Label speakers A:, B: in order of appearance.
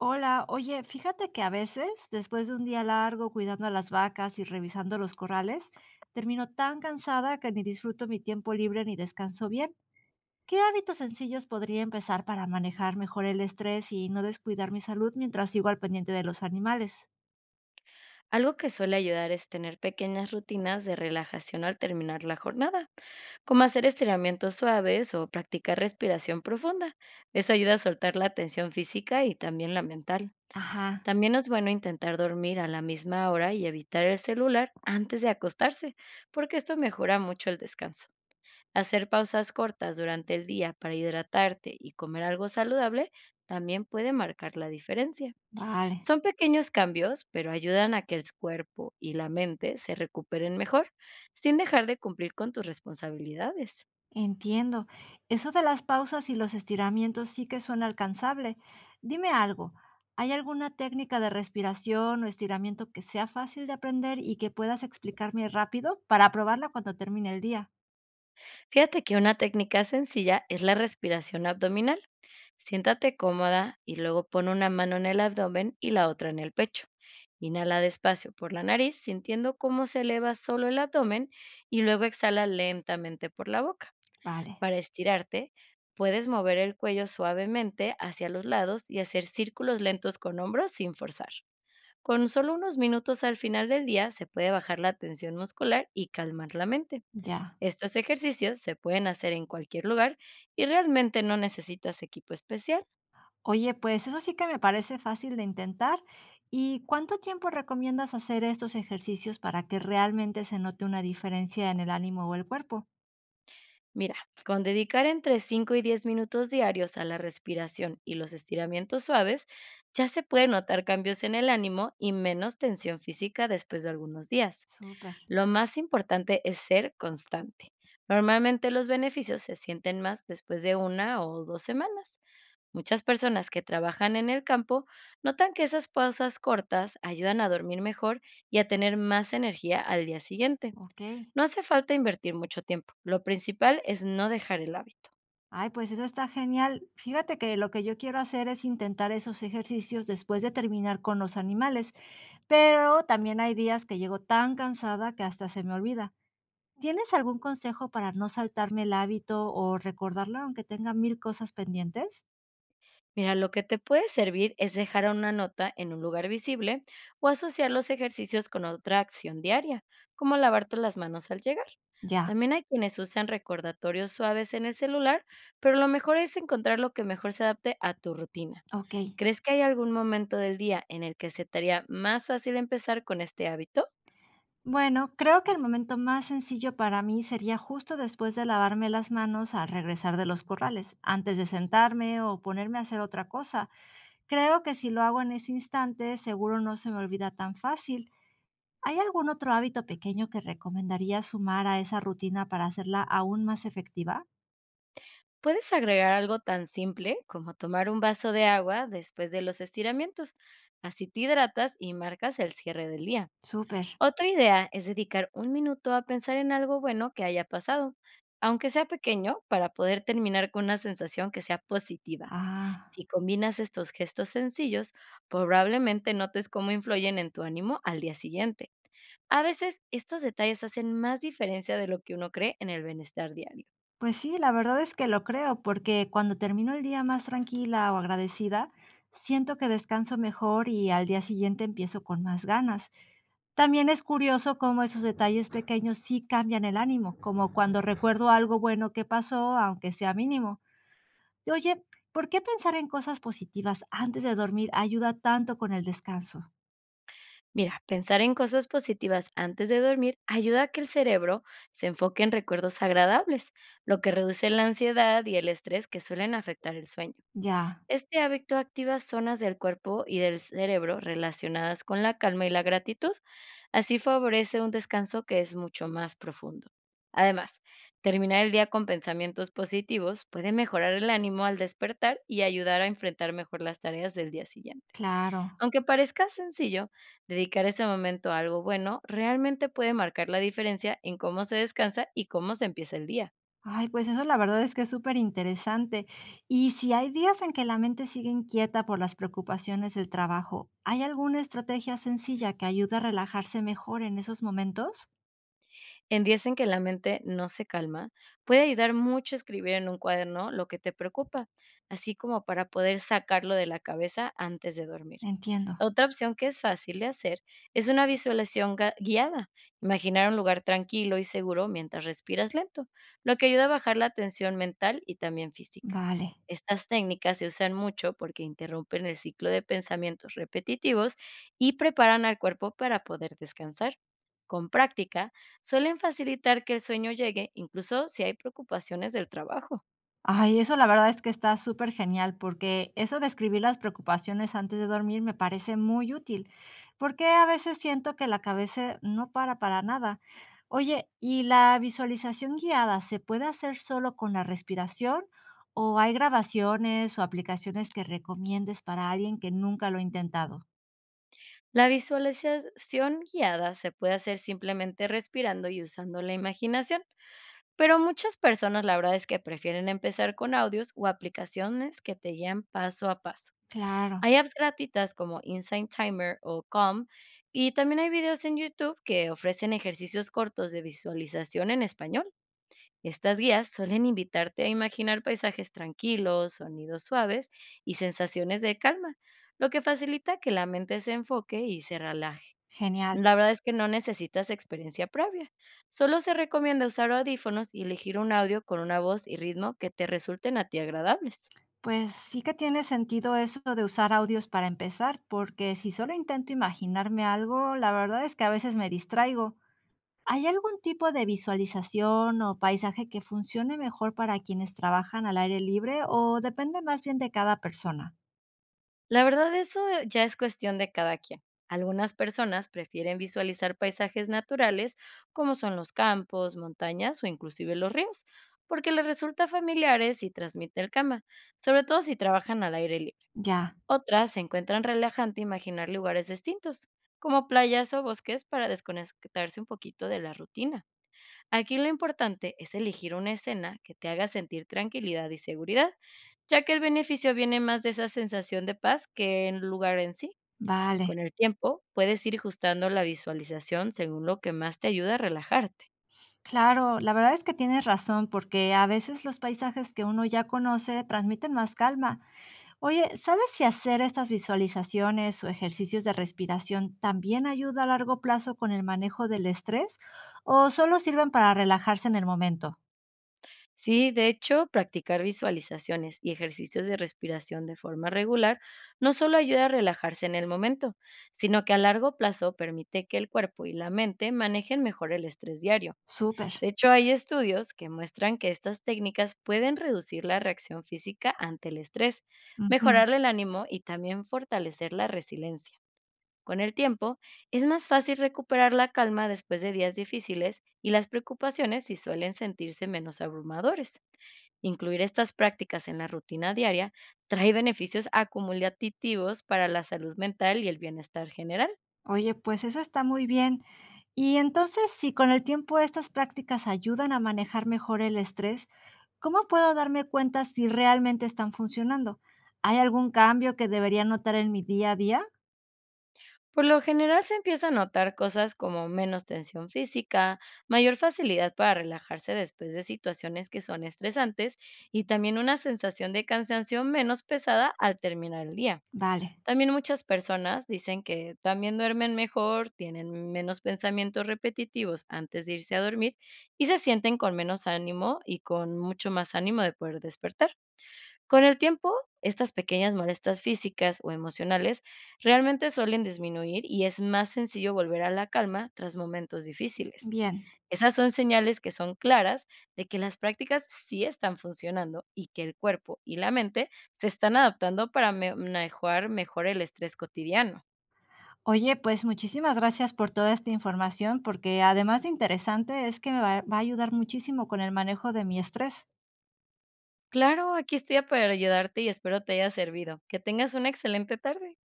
A: Hola, oye, fíjate que a veces, después de un día largo cuidando a las vacas y revisando los corrales, termino tan cansada que ni disfruto mi tiempo libre ni descanso bien. ¿Qué hábitos sencillos podría empezar para manejar mejor el estrés y no descuidar mi salud mientras sigo al pendiente de los animales?
B: Algo que suele ayudar es tener pequeñas rutinas de relajación al terminar la jornada, como hacer estiramientos suaves o practicar respiración profunda. Eso ayuda a soltar la tensión física y también la mental.
A: Ajá,
B: También es bueno intentar dormir a la misma hora y evitar el celular antes de acostarse, porque esto mejora mucho el descanso. Hacer pausas cortas durante el día para hidratarte y comer algo saludable también puede marcar la diferencia.
A: vale.
B: Son pequeños cambios, pero ayudan a que el cuerpo y la mente se recuperen mejor, sin dejar de cumplir con tus responsabilidades.
A: Entiendo. Eso de las pausas y los estiramientos sí que suena alcanzable. Dime algo, ¿hay alguna técnica de respiración o estiramiento que sea fácil de aprender y que puedas explicarme rápido para probarla cuando termine el día?
B: Fíjate que una técnica sencilla es la respiración abdominal. Siéntate cómoda y luego pon una mano en el abdomen y la otra en el pecho. Inhala despacio por la nariz, sintiendo cómo se eleva solo el abdomen, y luego exhala lentamente por la boca.
A: Vale,
B: Para estirarte, puedes mover el cuello suavemente hacia los lados y hacer círculos lentos con hombros sin forzar. Con solo unos minutos al final del día se puede bajar la tensión muscular y calmar la mente.
A: ya.
B: Estos ejercicios se pueden hacer en cualquier lugar y realmente no necesitas equipo especial.
A: Oye, pues eso sí que me parece fácil de intentar. ¿Y cuánto tiempo recomiendas hacer estos ejercicios para que realmente se note una diferencia en el ánimo o el cuerpo?
B: Mira, con dedicar entre 5 y 10 minutos diarios a la respiración y los estiramientos suaves, ya se pueden notar cambios en el ánimo y menos tensión física después de algunos días.
A: Súper,
B: Lo más importante es ser constante. Normalmente los beneficios se sienten más después de una o dos semanas. Muchas personas que trabajan en el campo notan que esas pausas cortas ayudan a dormir mejor y a tener más energía al día siguiente.
A: ok.
B: No hace falta invertir mucho tiempo. Lo principal es no dejar el hábito.
A: Ay, pues eso está genial. Fíjate que lo que yo quiero hacer es intentar esos ejercicios después de terminar con los animales, pero también hay días que llego tan cansada que hasta se me olvida. ¿Tienes algún consejo para no saltarme el hábito o recordarlo aunque tenga mil cosas pendientes?
B: Mira, lo que te puede servir es dejar una nota en un lugar visible o asociar los ejercicios con otra acción diaria, como lavarte las manos al llegar.
A: Ya,
B: También hay quienes usan recordatorios suaves en el celular, pero lo mejor es encontrar lo que mejor se adapte a tu rutina.
A: ok.
B: ¿Crees que hay algún momento del día en el que se te haría más fácil empezar con este hábito?
A: Bueno, creo que el momento más sencillo para mí sería justo después de lavarme las manos al regresar de los corrales, antes de sentarme o ponerme a hacer otra cosa. Creo que si lo hago en ese instante, seguro no se me olvida tan fácil. ¿Hay algún otro hábito pequeño que recomendaría sumar a esa rutina para hacerla aún más efectiva?
B: Puedes agregar algo tan simple como tomar un vaso de agua después de los estiramientos. Así te hidratas y marcas el cierre del día.
A: Súper.
B: Otra idea es dedicar un minuto a pensar en algo bueno que haya pasado, aunque sea pequeño, para poder terminar con una sensación que sea positiva.
A: Ah,
B: Si combinas estos gestos sencillos, probablemente notes cómo influyen en tu ánimo al día siguiente. A veces estos detalles hacen más diferencia de lo que uno cree en el bienestar diario.
A: pues sí, la verdad es que lo creo, porque cuando termino el día más tranquila o agradecida, siento que descanso mejor y al día siguiente empiezo con más ganas. También es curioso cómo esos detalles pequeños sí cambian el ánimo, como cuando recuerdo algo bueno que pasó, aunque sea mínimo. Oye, ¿por qué pensar en cosas positivas antes de dormir ayuda tanto con el descanso?
B: Mira, pensar en cosas positivas antes de dormir ayuda a que el cerebro se enfoque en recuerdos agradables, lo que reduce la ansiedad y el estrés que suelen afectar el sueño.
A: Ya,
B: Este hábito activa zonas del cuerpo y del cerebro relacionadas con la calma y la gratitud, así favorece un descanso que es mucho más profundo. Además, terminar el día con pensamientos positivos puede mejorar el ánimo al despertar y ayudar a enfrentar mejor las tareas del día siguiente.
A: claro.
B: Aunque parezca sencillo, dedicar ese momento a algo bueno realmente puede marcar la diferencia en cómo se descansa y cómo se empieza el día.
A: Ay, pues eso la verdad es que es súper interesante. Y si hay días en que la mente sigue inquieta por las preocupaciones del trabajo, ¿hay alguna estrategia sencilla que ayude a relajarse mejor en esos momentos?
B: En días en que la mente no se calma, puede ayudar mucho escribir en un cuaderno lo que te preocupa, así como para poder sacarlo de la cabeza antes de dormir.
A: Entiendo.
B: Otra opción que es fácil de hacer es una visualización guiada. Imaginar un lugar tranquilo y seguro mientras respiras lento, lo que ayuda a bajar la tensión mental y también física.
A: Vale.
B: Estas técnicas se usan mucho porque interrumpen el ciclo de pensamientos repetitivos y preparan al cuerpo para poder descansar. Con práctica, suelen facilitar que el sueño llegue incluso si hay preocupaciones del trabajo.
A: Ay, eso la verdad es que está súper genial, porque eso de escribir las preocupaciones antes de dormir me parece muy útil, porque a veces siento que la cabeza no para nada. Oye, ¿y la visualización guiada se puede hacer solo con la respiración o hay grabaciones o aplicaciones que recomiendes para alguien que nunca lo ha intentado?
B: La visualización guiada se puede hacer simplemente respirando y usando la imaginación, pero muchas personas la verdad es que prefieren empezar con audios o aplicaciones que te guían paso a paso.
A: Claro,
B: Hay apps gratuitas como Insight Timer o Calm, y también hay videos en YouTube que ofrecen ejercicios cortos de visualización en español. Estas guías suelen invitarte a imaginar paisajes tranquilos, sonidos suaves y sensaciones de calma, lo que facilita que la mente se enfoque y se relaje.
A: genial.
B: La verdad es que no necesitas experiencia previa. Solo se recomienda usar audífonos y elegir un audio con una voz y ritmo que te resulten a ti agradables.
A: Pues sí que tiene sentido eso de usar audios para empezar, porque si solo intento imaginarme algo, la verdad es que a veces me distraigo. ¿Hay algún tipo de visualización o paisaje que funcione mejor para quienes trabajan al aire libre o depende más bien de cada persona?
B: La verdad, eso ya es cuestión de cada quien. Algunas personas prefieren visualizar paisajes naturales, como son los campos, montañas o inclusive los ríos, porque les resulta familiares y transmite el calma, sobre todo si trabajan al aire libre.
A: Ya,
B: Otras se encuentran relajante imaginar lugares distintos, como playas o bosques, para desconectarse un poquito de la rutina. Aquí lo importante es elegir una escena que te haga sentir tranquilidad y seguridad, ya que el beneficio viene más de esa sensación de paz que el lugar en sí.
A: vale.
B: Con el tiempo, puedes ir ajustando la visualización según lo que más te ayuda a relajarte.
A: Claro, la verdad es que tienes razón, porque a veces los paisajes que uno ya conoce transmiten más calma. Oye, ¿sabes si hacer estas visualizaciones o ejercicios de respiración también ayuda a largo plazo con el manejo del estrés o solo sirven para relajarse en el momento?
B: Sí, de hecho, practicar visualizaciones y ejercicios de respiración de forma regular no solo ayuda a relajarse en el momento, sino que a largo plazo permite que el cuerpo y la mente manejen mejor el estrés diario.
A: Súper.
B: De hecho, hay estudios que muestran que estas técnicas pueden reducir la reacción física ante el estrés,
A: Ujú.
B: mejorar el ánimo y también fortalecer la resiliencia. Con el tiempo, es más fácil recuperar la calma después de días difíciles, y las preocupaciones si suelen sentirse menos abrumadores. Incluir estas prácticas en la rutina diaria trae beneficios acumulativos para la salud mental y el bienestar general.
A: Oye, pues eso está muy bien. Y entonces, si con el tiempo estas prácticas ayudan a manejar mejor el estrés, ¿cómo puedo darme cuenta si realmente están funcionando? ¿Hay algún cambio que debería notar en mi día a día?
B: Por lo general se empieza a notar cosas como menos tensión física, mayor facilidad para relajarse después de situaciones que son estresantes y también una sensación de cansancio menos pesada al terminar el día.
A: Vale,
B: También muchas personas dicen que también duermen mejor, tienen menos pensamientos repetitivos antes de irse a dormir y se sienten con menos ánimo y con mucho más ánimo de poder despertar. Con el tiempo, estas pequeñas molestias físicas o emocionales realmente suelen disminuir, y es más sencillo volver a la calma tras momentos difíciles.
A: bien.
B: Esas son señales que son claras de que las prácticas sí están funcionando y que el cuerpo y la mente se están adaptando para manejar mejor el estrés cotidiano.
A: Oye, pues muchísimas gracias por toda esta información, porque además de interesante, es que me va a ayudar muchísimo con el manejo de mi estrés.
B: Claro, aquí estoy para ayudarte y espero te haya servido. Que tengas una excelente tarde.